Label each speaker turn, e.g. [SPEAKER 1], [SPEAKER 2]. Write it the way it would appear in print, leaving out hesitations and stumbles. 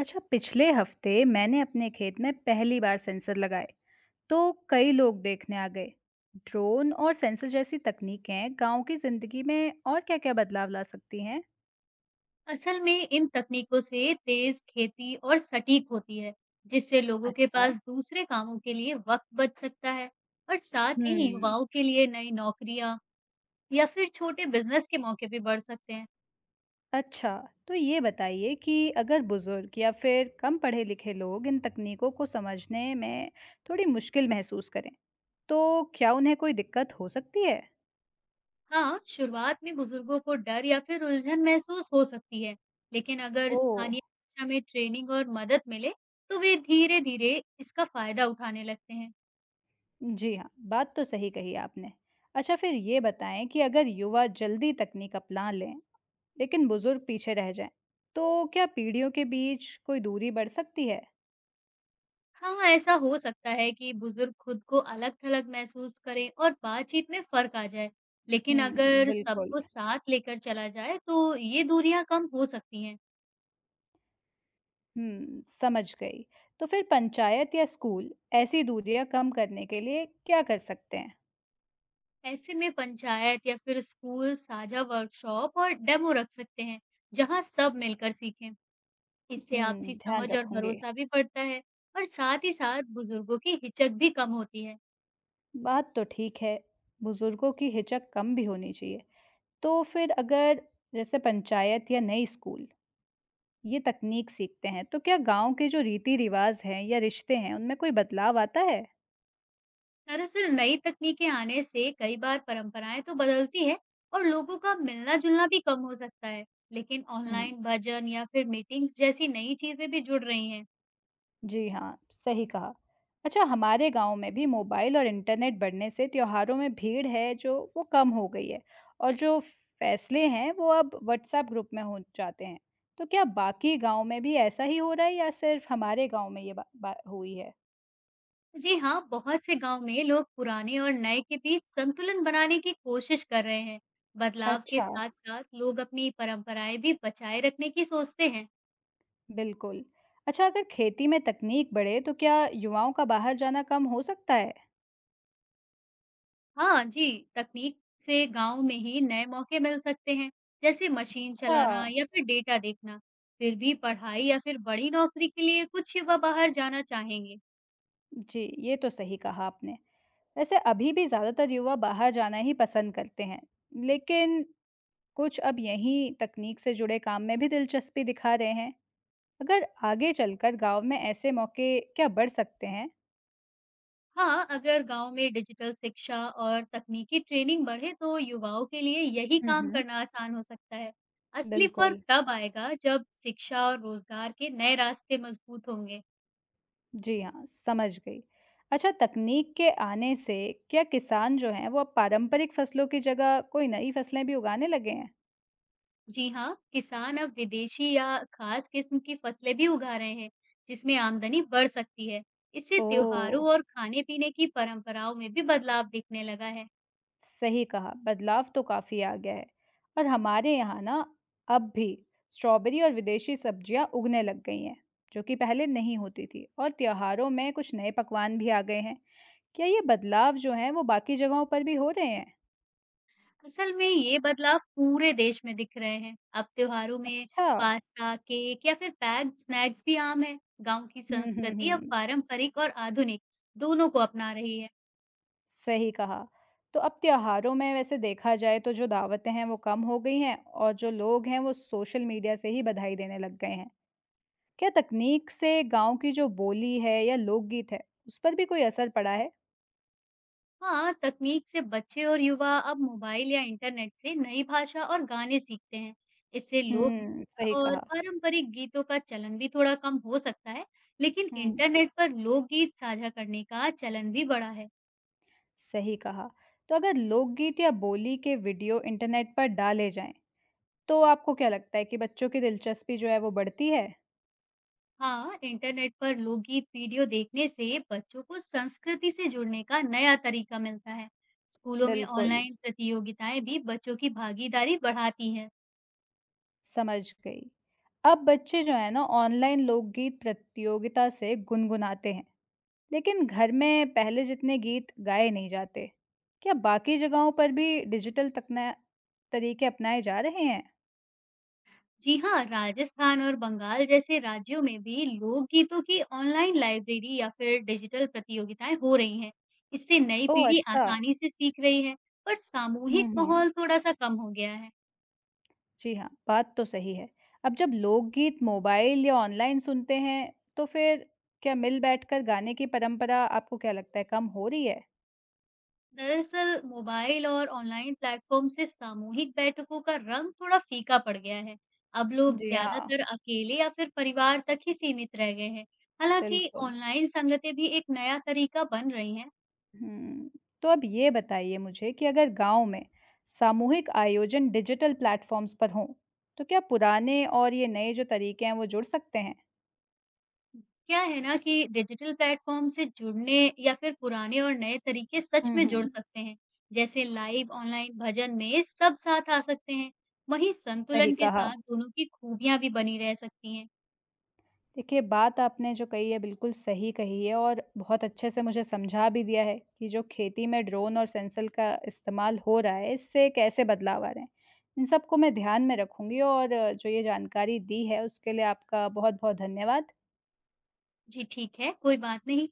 [SPEAKER 1] अच्छा, पिछले हफ्ते मैंने अपने खेत में पहली बार सेंसर लगाए तो कई लोग देखने आ गए। ड्रोन और सेंसर जैसी तकनीकें गांव की जिंदगी में और क्या-क्या बदलाव ला सकती हैं?
[SPEAKER 2] असल में इन तकनीकों से तेज खेती और सटीक होती है, जिससे लोगों के
[SPEAKER 1] अच्छा।
[SPEAKER 2] पास दूसरे कामों के लिए वक्त बच सकता है और साथ ही
[SPEAKER 1] हम्म।
[SPEAKER 2] युवाओं के लिए नई नौकरियां या फिर छोटे बिजनेस के मौके भी बढ़ सकते हैं।
[SPEAKER 1] अच्छा, तो ये बताइए कि अगर बुजुर्ग या फिर कम पढ़े लिखे लोग इन तकनीकों को समझने में थोड़ी मुश्किल महसूस करें तो क्या उन्हें कोई दिक्कत हो सकती है?
[SPEAKER 2] हाँ, शुरुआत में बुजुर्गों को डर या फिर उलझन महसूस हो सकती है, लेकिन अगर
[SPEAKER 1] ओ,
[SPEAKER 2] स्थानीय भाषा में ट्रेनिंग और मदद मिले, तो वे धीरे-धीरे इसका फायदा उठाने लगते हैं।
[SPEAKER 1] जी हाँ, बात तो सही कही आपने। अच्छा, फिर ये बताएँ कि अगर युवा जल्दी तकनीक अपना लें, लेकिन बुज़ुर्ग पीछे रह जाएँ, तो क्या पीढ़ियों के बीच कोई दूरी बढ़ सकती है?
[SPEAKER 2] हाँ, ऐसा हो सकता है कि बुजुर्ग खुद को अलग-थलग महसूस करें और बातचीत में फ़र्क आ जाए। लेकिन
[SPEAKER 1] हुँ,
[SPEAKER 2] अगर
[SPEAKER 1] बिल्कुल।
[SPEAKER 2] सबको साथ लेकर चला जाए तो ये दूरियां कम हो सकती हैं।
[SPEAKER 1] हुँ, समझ गई। तो फिर पंचायत या स्कूल ऐसी दूरियाँ कम करने के लिए क्या कर सकते हैं?
[SPEAKER 2] ऐसे में पंचायत या फिर स्कूल साझा वर्कशॉप और डेमो रख सकते हैं, जहाँ सब मिलकर सीखें। इससे आपसी
[SPEAKER 1] हुँ, ध्यान
[SPEAKER 2] समझ और
[SPEAKER 1] रखूँगी।
[SPEAKER 2] भरोसा भी बढ़ता है और साथ ही साथ बुजुर्गों की हिचक भी कम होती है।
[SPEAKER 1] बात तो ठीक है, बुज़ुर्गों की हिचक कम भी होनी चाहिए। तो फिर अगर, जैसे पंचायत या नए स्कूल ये तकनीक सीखते हैं, तो क्या गाँव के जो रीति-रिवाज़ हैं या रिश्ते हैं, उनमें कोई बदलाव आता है?
[SPEAKER 2] दरअसल नई तकनीकें आने से कई बार परंपराएं तो बदलती है और लोगों का मिलना जुलना भी कम हो सकता है, लेकिन
[SPEAKER 1] हुँ,
[SPEAKER 2] ऑनलाइन भजन या फिर मीटिंग्स जैसी नई चीजें भी जुड़ रही हैं।
[SPEAKER 1] जी हाँ, सही कहा। अच्छा, हमारे गाँव में भी मोबाइल और इंटरनेट बढ़ने से त्योहारों में भीड़ है जो वो कम हो गई है और जो फैसले हैं वो अब व्हाट्सएप ग्रुप में हो जाते हैं। तो क्या बाकी गाँव में भी ऐसा ही हो रहा है या सिर्फ हमारे गाँव में ये बा बा हुई है?
[SPEAKER 2] जी हाँ, बहुत से गांव में लोग पुराने और नए के बीच संतुलन बनाने की कोशिश कर रहे हैं। बदलाव के
[SPEAKER 1] अच्छा।
[SPEAKER 2] साथ साथ लोग अपनी परंपराएं भी बचाए रखने की सोचते हैं।
[SPEAKER 1] बिल्कुल। अच्छा, अगर खेती में तकनीक बढ़े, तो क्या युवाओं का बाहर जाना कम हो सकता है?
[SPEAKER 2] हाँ जी, तकनीक से गाँव में ही नए मौके मिल सकते हैं, जैसे मशीन
[SPEAKER 1] अच्छा।
[SPEAKER 2] चलाना या फिर डेटा देखना। फिर भी पढ़ाई या फिर बड़ी नौकरी के लिए कुछ युवा बाहर जाना चाहेंगे।
[SPEAKER 1] जी, ये तो सही कहा आपने। वैसे अभी भी ज़्यादातर युवा बाहर जाना ही पसंद करते हैं, लेकिन कुछ अब यहीं तकनीक से जुड़े काम में भी दिलचस्पी दिखा रहे हैं। अगर आगे चलकर गाँव में ऐसे मौके क्या बढ़ सकते हैं?
[SPEAKER 2] हाँ, अगर गाँव में डिजिटल शिक्षा और तकनीकी ट्रेनिंग बढ़े तो युवाओं के लिए यही
[SPEAKER 1] हुँ,
[SPEAKER 2] काम
[SPEAKER 1] हुँ।
[SPEAKER 2] करना आसान हो सकता है। असली फर्क
[SPEAKER 1] बिल्कुल।
[SPEAKER 2] तब आएगा जब शिक्षा और रोजगार के नए रास्ते मजबूत होंगे।
[SPEAKER 1] जी हाँ, समझ गई। अच्छा, तकनीक के आने से क्या किसान जो हैं वो अब पारंपरिक फसलों की जगह कोई नई फसलें भी उगाने लगे हैं?
[SPEAKER 2] जी हाँ, किसान अब विदेशी या खास किस्म की फसलें भी उगा रहे हैं, जिसमें आमदनी बढ़ सकती है। इससे
[SPEAKER 1] ओह!
[SPEAKER 2] त्योहारों और खाने-पीने की परंपराओं में भी बदलाव दिखने लगा है।
[SPEAKER 1] सही कहा, बदलाव तो काफ़ी आ गया है और हमारे यहाँ ना, अब भी स्ट्रॉबेरी और विदेशी सब्जियाँ उगने लग गई हैं, जो कि पहले नहीं होती थी, और त्योहारों में कुछ नए पकवान भी आ गए हैं। क्या ये बदलाव जो हैं वो बाकी जगहों पर भी हो रहे हैं?
[SPEAKER 2] असल में ये बदलाव पूरे देश में दिख रहे हैं। अब त्योहारों में
[SPEAKER 1] अच्छा।
[SPEAKER 2] पास्ता, केक या फिर पैक्ड स्नैक्स भी आम है। गांव की
[SPEAKER 1] हुँ, हुँ,
[SPEAKER 2] संस्कृति अब
[SPEAKER 1] हुँ।
[SPEAKER 2] पारंपरिक और आधुनिक दोनों को अपना रही है।
[SPEAKER 1] सही कहा। तो अब त्योहारों में वैसे देखा जाए तो जो दावतें हैं वो कम हो गई हैं और जो लोग हैं वो सोशल मीडिया से ही बधाई देने लग गए हैं। क्या तकनीक से गाँव की जो बोली है या लोकगीत है, उस पर भी कोई असर पड़ा है?
[SPEAKER 2] हाँ, तकनीक से बच्चे और युवा अब मोबाइल या इंटरनेट से नई भाषा और गाने सीखते हैं। इससे लोक
[SPEAKER 1] हुँ, सही
[SPEAKER 2] भाषा और
[SPEAKER 1] कहा।
[SPEAKER 2] पारंपरिक गीतों का चलन भी थोड़ा कम हो सकता है, लेकिन
[SPEAKER 1] हुँ,
[SPEAKER 2] इंटरनेट पर लोकगीत साझा करने का चलन भी बढ़ा है।
[SPEAKER 1] सही कहा। तो अगर लोकगीत या बोली के वीडियो इंटरनेट पर डाले जाएँ, तो आपको क्या लगता है कि बच्चों की दिलचस्पी जो है वो बढ़ती है?
[SPEAKER 2] हाँ, इंटरनेट पर लोकगीत वीडियो देखने से बच्चों को संस्कृति से जुड़ने का नया तरीका मिलता है। स्कूलों में
[SPEAKER 1] बिल्कुल,
[SPEAKER 2] ऑनलाइन प्रतियोगिताएं भी बच्चों की भागीदारी बढ़ाती हैं।
[SPEAKER 1] समझ गई। अब बच्चे जो हैं ना ऑनलाइन लोकगीत प्रतियोगिता से गुनगुनाते हैं, लेकिन घर में पहले जितने गीत गाए नहीं जाते। क्या बाकी जगहों पर भी डिजिटल तकना तरीके अपनाए जा रहे हैं?
[SPEAKER 2] जी हाँ, राजस्थान और बंगाल जैसे राज्यों में भी लोकगीतों की ऑनलाइन लाइब्रेरी या फिर डिजिटल प्रतियोगिताएं हो रही हैं। इससे नई
[SPEAKER 1] ओह!
[SPEAKER 2] पीढ़ी
[SPEAKER 1] अच्छा।
[SPEAKER 2] आसानी से सीख रही है, पर
[SPEAKER 1] हुँ,
[SPEAKER 2] सामूहिक
[SPEAKER 1] हुँ।
[SPEAKER 2] माहौल थोड़ा सा कम हो गया है।
[SPEAKER 1] जी हाँ, बात तो सही है। अब जब लोकगीत मोबाइल या ऑनलाइन सुनते हैं, तो फिर क्या मिल बैठकर गाने की परंपरा आपको क्या लगता है कम हो रही है?
[SPEAKER 2] दरअसल मोबाइल और ऑनलाइन प्लेटफॉर्म से सामूहिक बैठकों का रंग थोड़ा फीका पड़ गया है। अब लोग
[SPEAKER 1] जी हाँ,
[SPEAKER 2] ज्यादातर अकेले या फिर परिवार तक ही सीमित रह गए हैं। हालांकि
[SPEAKER 1] बिल्कुल।
[SPEAKER 2] ऑनलाइन संगतें भी एक नया तरीका बन रही हैं।
[SPEAKER 1] हुँ, तो अब ये बताइए मुझे कि अगर गाँव में सामूहिक आयोजन डिजिटल प्लेटफ़ॉर्म्स पर हों, तो क्या पुराने और ये नए जो तरीके हैं वो जुड़ सकते हैं?
[SPEAKER 2] क्या है ना कि डिजिटल प्लेटफ़ॉर्म से जुड़ने या फिर पुराने और नए तरीके सच
[SPEAKER 1] हुँ,
[SPEAKER 2] में जुड़
[SPEAKER 1] हुँ।
[SPEAKER 2] सकते हैं। जैसे लाइव ऑनलाइन भजन में सब साथ आ सकते हैं। वहीं
[SPEAKER 1] सही
[SPEAKER 2] संतुलन के
[SPEAKER 1] कहा।
[SPEAKER 2] साथ दोनों की खूबियाँ भी बनी रह सकती हैं।
[SPEAKER 1] देखिए, बात आपने जो कही है बिल्कुल सही कही है और बहुत अच्छे से मुझे समझा भी दिया है कि जो खेती में ड्रोन और सेंसर का इस्तेमाल हो रहा है, इससे कैसे बदलाव आ रहे हैं। इन सबको मैं ध्यान में रखूँगी और जो ये जानकारी दी है उसके लिए आपका बहुत-बहुत धन्यवाद।
[SPEAKER 2] जी ठीक है, कोई बात नहीं।